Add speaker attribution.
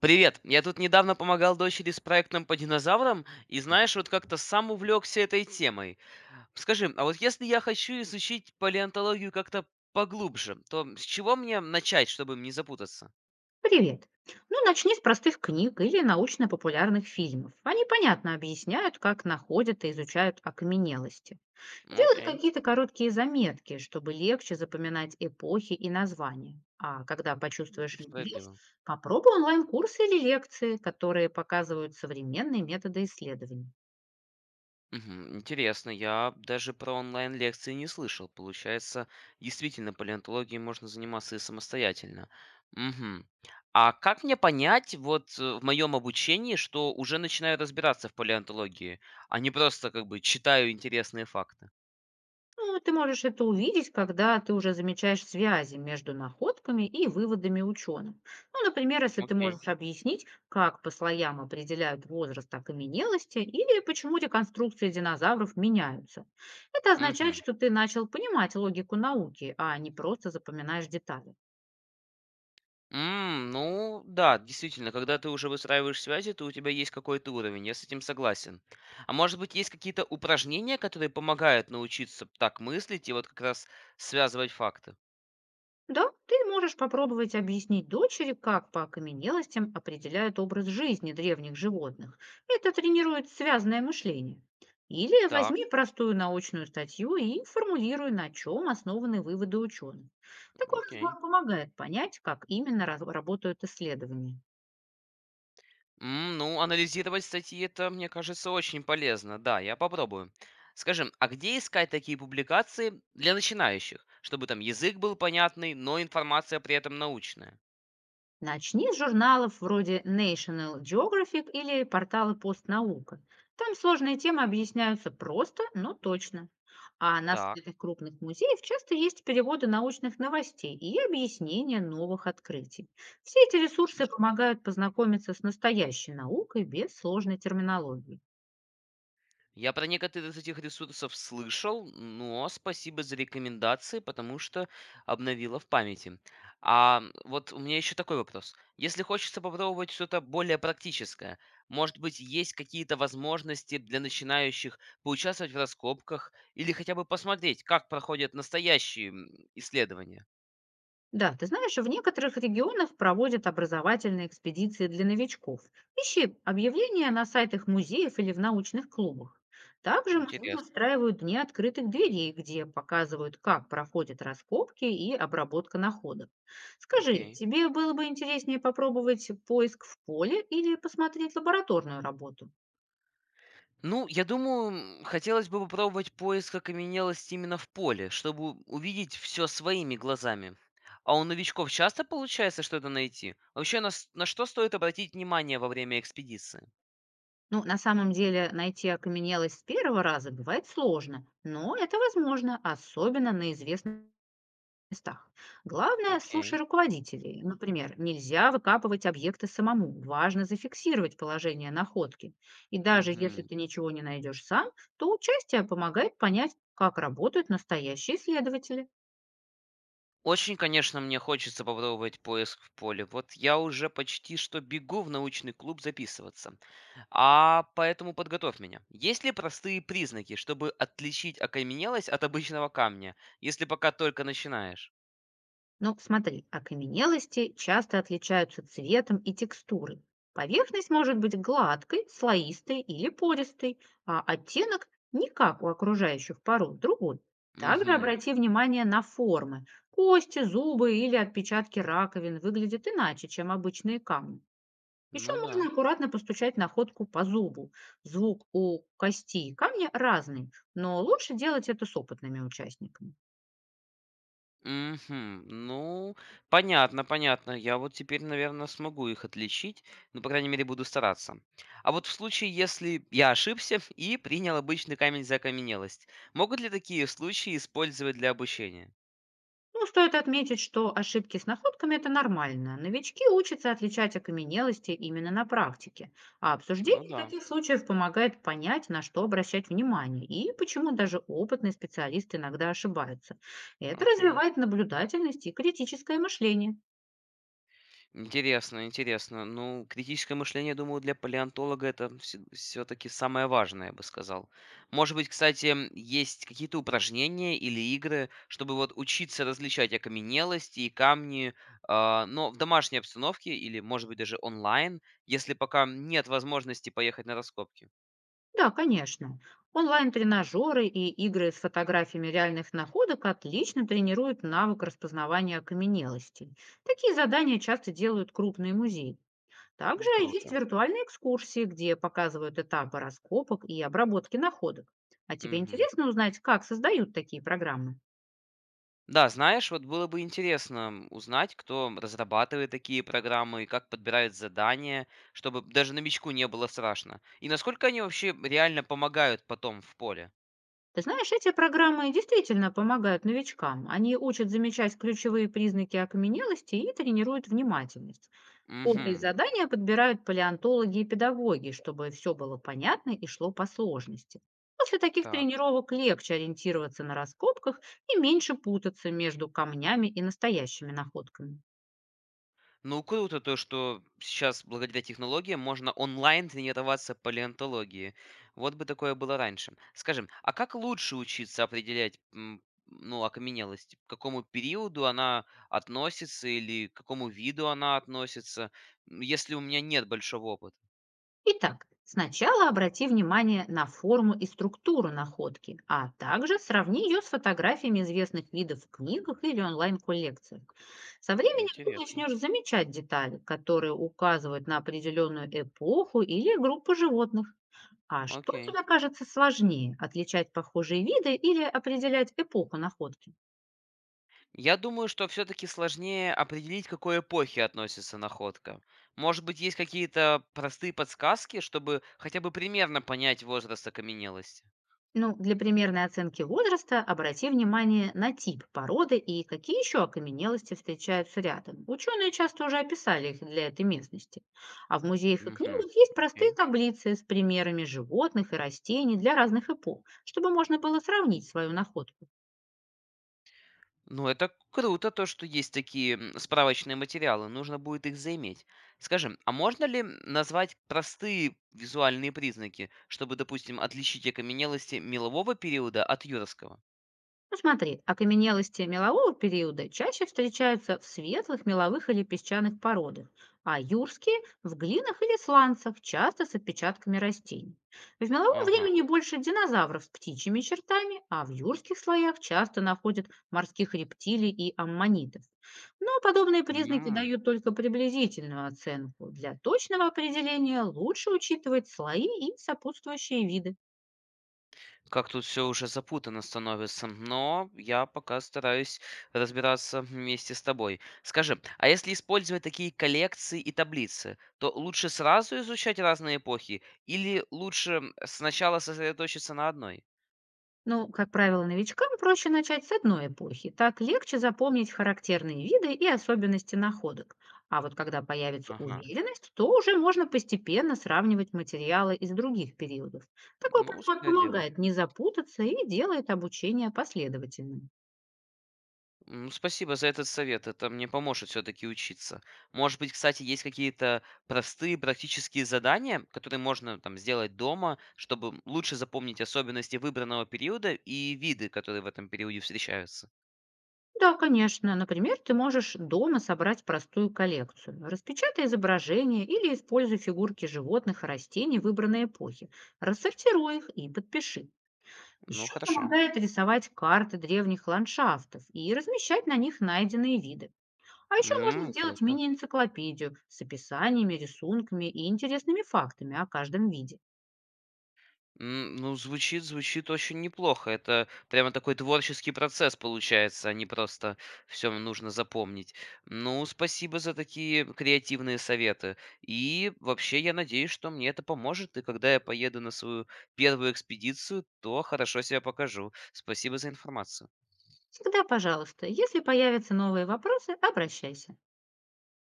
Speaker 1: Привет, я тут недавно помогал дочери с проектом по динозаврам, и знаешь, вот как-то сам увлекся этой темой. Скажи, а вот если я хочу изучить палеонтологию как-то поглубже, то с чего мне начать, чтобы не запутаться?
Speaker 2: Привет. Ну, начни с простых книг или научно-популярных фильмов. Они понятно объясняют, как находят и изучают окаменелости. Делай
Speaker 1: Окей,
Speaker 2: какие-то короткие заметки, чтобы легче запоминать эпохи и названия. А когда почувствуешь интерес,
Speaker 1: справедливо.
Speaker 2: попробуй онлайн-курсы или лекции, которые показывают современные методы исследований.
Speaker 1: Мгм. Интересно, я даже про онлайн-лекции не слышал. Получается, действительно, палеонтологией можно заниматься и самостоятельно. Мгм. А как мне понять, вот в моем обучении, что уже начинаю разбираться в палеонтологии, а не просто как бы читаю интересные факты?
Speaker 2: Ну, ты можешь это увидеть, когда ты уже замечаешь связи между находками и выводами ученых. Ну, например, если ты
Speaker 1: Окей.
Speaker 2: можешь объяснить, как по слоям определяют возраст окаменелости или почему реконструкции динозавров меняются. Это означает,
Speaker 1: Мгм.
Speaker 2: что ты начал понимать логику науки, а не просто запоминаешь детали.
Speaker 1: Ну да, действительно, когда ты уже выстраиваешь связи, то у тебя есть какой-то уровень, я с этим согласен. А может быть, есть какие-то упражнения, которые помогают научиться так мыслить и вот как раз связывать факты?
Speaker 2: Да, ты можешь попробовать объяснить дочери, как по окаменелостям определяют образ жизни древних животных. Это тренирует связное мышление. Или
Speaker 1: Так,
Speaker 2: возьми простую научную статью и формулируй, на чем основаны выводы ученых. Такой
Speaker 1: окей.
Speaker 2: разбор помогает понять, как именно работают исследования.
Speaker 1: Ну, анализировать статьи, это, мне кажется, очень полезно. Да, я попробую. Скажи, а где искать такие публикации для начинающих, чтобы там язык был понятный, но информация при этом научная?
Speaker 2: Начни с журналов вроде National Geographic или портала «Постнаука». Там сложные темы объясняются просто, но точно. А на
Speaker 1: Так,
Speaker 2: сайтах крупных музеев часто есть переводы научных новостей и объяснения новых открытий. Все эти ресурсы
Speaker 1: хорошо.
Speaker 2: помогают познакомиться с настоящей наукой без сложной терминологии.
Speaker 1: Я про некоторые из этих ресурсов слышал, но спасибо за рекомендации, потому что обновила в памяти. А вот у меня еще такой вопрос. Если хочется попробовать что-то более практическое, может быть, есть какие-то возможности для начинающих поучаствовать в раскопках или хотя бы посмотреть, как проходят настоящие исследования?
Speaker 2: Да, ты знаешь, в некоторых регионах проводят образовательные экспедиции для новичков. Ищи объявления на сайтах музеев или в научных клубах. Также музеи
Speaker 1: Интересно.
Speaker 2: устраивают дни открытых дверей, где показывают, как проходят раскопки и обработка находок. Скажи,
Speaker 1: Окей.
Speaker 2: тебе было бы интереснее попробовать поиск в поле или посмотреть лабораторную работу?
Speaker 1: Ну, я думаю, хотелось бы попробовать поиск окаменелости именно в поле, чтобы увидеть все своими глазами. А у новичков часто получается что-то найти? Вообще, на что стоит обратить внимание во время экспедиции?
Speaker 2: Ну, на самом деле, найти окаменелость с первого раза бывает сложно, но это возможно, особенно на известных местах. Главное, слушай
Speaker 1: Окей.
Speaker 2: руководителей. Например, нельзя выкапывать объекты самому. Важно зафиксировать положение находки. И даже если
Speaker 1: Мгм.
Speaker 2: ты ничего не найдешь сам, то участие помогает понять, как работают настоящие исследователи.
Speaker 1: Очень, конечно, мне хочется попробовать поиск в поле. Вот я уже почти что бегу в научный клуб записываться. А поэтому подготовь меня. Есть ли простые признаки, чтобы отличить окаменелость от обычного камня, если пока только начинаешь?
Speaker 2: Ну, смотри, окаменелости часто отличаются цветом и текстурой. Поверхность может быть гладкой, слоистой или пористой, а оттенок не как у окружающих пород, другой. Также
Speaker 1: Мгм.
Speaker 2: обрати внимание на формы. Кости, зубы или отпечатки раковин выглядят иначе, чем обычные камни. Еще
Speaker 1: Ну
Speaker 2: можно
Speaker 1: да.
Speaker 2: аккуратно постучать находку по зубу. Звук у кости и камня разный, но лучше делать это с опытными участниками.
Speaker 1: Мгм. Ну, понятно, понятно. Я вот теперь, наверное, смогу их отличить. Ну, по крайней мере, буду стараться. А вот в случае, если я ошибся и принял обычный камень за окаменелость, могут ли такие случаи использовать для обучения?
Speaker 2: Ну, стоит отметить, что ошибки с находками — это нормально. Новички учатся отличать окаменелости именно на практике. А
Speaker 1: Ну
Speaker 2: обсуждение
Speaker 1: да,
Speaker 2: таких случаев помогает понять, на что обращать внимание и почему даже опытные специалисты иногда ошибаются. Это
Speaker 1: окей.
Speaker 2: развивает наблюдательность и критическое мышление.
Speaker 1: Интересно, интересно. Ну, критическое мышление, думаю, для палеонтолога это все-таки самое важное, я бы сказал. Может быть, кстати, есть какие-то упражнения или игры, чтобы вот учиться различать окаменелости и камни, а, но в домашней обстановке или, может быть, даже онлайн, если пока нет возможности поехать на раскопки.
Speaker 2: Да, конечно. Онлайн-тренажеры и игры с фотографиями реальных находок отлично тренируют навык распознавания окаменелостей. Такие задания часто делают крупные музеи. Также есть
Speaker 1: Круто.
Speaker 2: виртуальные экскурсии, где показывают этапы раскопок и обработки находок. А тебе
Speaker 1: Мгм.
Speaker 2: интересно узнать, как создают такие программы?
Speaker 1: Да, знаешь, вот было бы интересно узнать, кто разрабатывает такие программы и как подбирает задания, чтобы даже новичку не было страшно. И насколько они вообще реально помогают потом в поле.
Speaker 2: Ты знаешь, эти программы действительно помогают новичкам. Они учат замечать ключевые признаки окаменелости и тренируют внимательность. Фото и
Speaker 1: Угу,
Speaker 2: задания подбирают палеонтологи и педагоги, чтобы все было понятно и шло по сложности. После таких
Speaker 1: так.
Speaker 2: тренировок легче ориентироваться на раскопках и меньше путаться между камнями и настоящими находками.
Speaker 1: Ну, круто то, что сейчас благодаря технологиям можно онлайн тренироваться по палеонтологии. Вот бы такое было раньше. Скажем, а как лучше учиться определять, ну, окаменелость? К какому периоду она относится или к какому виду она относится, если у меня нет большого опыта?
Speaker 2: Итак, сначала обрати внимание на форму и структуру находки, а также сравни ее с фотографиями известных видов в книгах или онлайн-коллекциях. Со временем ты
Speaker 1: Интересно.
Speaker 2: начнешь замечать детали, которые указывают на определенную эпоху или группу животных. А что
Speaker 1: Окей.
Speaker 2: тебе кажется сложнее — отличать похожие виды или определять эпоху находки?
Speaker 1: Я думаю, что все-таки сложнее определить, к какой эпохе относится находка. Может быть, есть какие-то простые подсказки, чтобы хотя бы примерно понять возраст окаменелости?
Speaker 2: Ну, для примерной оценки возраста обрати внимание на тип породы и какие еще окаменелости встречаются рядом. Ученые часто уже описали их для этой местности. А в музеях и
Speaker 1: Угу.
Speaker 2: книгах есть простые
Speaker 1: Окей.
Speaker 2: таблицы с примерами животных и растений для разных эпох, чтобы можно было сравнить свою находку.
Speaker 1: Ну, это круто, то, что есть такие справочные материалы. Нужно будет их заиметь. Скажем, а можно ли назвать простые визуальные признаки, чтобы, допустим, отличить окаменелости мелового периода от юрского?
Speaker 2: Ну, смотри, окаменелости мелового периода чаще встречаются в светлых меловых или песчаных породах, а юрские — в глинах или сланцах, часто с отпечатками растений. В меловом
Speaker 1: Ага.
Speaker 2: времени больше динозавров с птичьими чертами, а в юрских слоях часто находят морских рептилий и аммонитов. Но подобные признаки
Speaker 1: М.
Speaker 2: дают только приблизительную оценку. Для точного определения лучше учитывать слои и сопутствующие виды.
Speaker 1: Как тут все уже запутанно становится, но я пока стараюсь разбираться вместе с тобой. Скажи, а если использовать такие коллекции и таблицы, то лучше сразу изучать разные эпохи или лучше сначала сосредоточиться на одной?
Speaker 2: Ну, как правило, новичкам проще начать с одной эпохи. Так легче запомнить характерные виды и особенности находок. А вот когда появится
Speaker 1: Ага,
Speaker 2: уверенность, то уже можно постепенно сравнивать материалы из других периодов. Такой
Speaker 1: ну
Speaker 2: подход
Speaker 1: справедливо.
Speaker 2: помогает не запутаться и делает обучение последовательным.
Speaker 1: Спасибо за этот совет, это мне поможет все-таки учиться. Может быть, кстати, есть какие-то простые практические задания, которые можно там сделать дома, чтобы лучше запомнить особенности выбранного периода и виды, которые в этом периоде встречаются.
Speaker 2: Да, конечно. Например, ты можешь дома собрать простую коллекцию. Распечатай изображения или используй фигурки животных и растений выбранной эпохи. Рассортируй их и подпиши.
Speaker 1: Ну,
Speaker 2: Еще
Speaker 1: хорошо.
Speaker 2: помогает рисовать карты древних ландшафтов и размещать на них найденные виды. А еще можно сделать
Speaker 1: Круто.
Speaker 2: мини-энциклопедию с описаниями, рисунками и интересными фактами о каждом виде.
Speaker 1: Ну, звучит звучит очень неплохо. Это прямо такой творческий процесс получается, а не просто все нужно запомнить. Ну, спасибо за такие креативные советы. И вообще, я надеюсь, что мне это поможет, и когда я поеду на свою первую экспедицию, то хорошо себя покажу. Спасибо за информацию.
Speaker 2: Всегда, пожалуйста, если появятся новые вопросы, обращайся.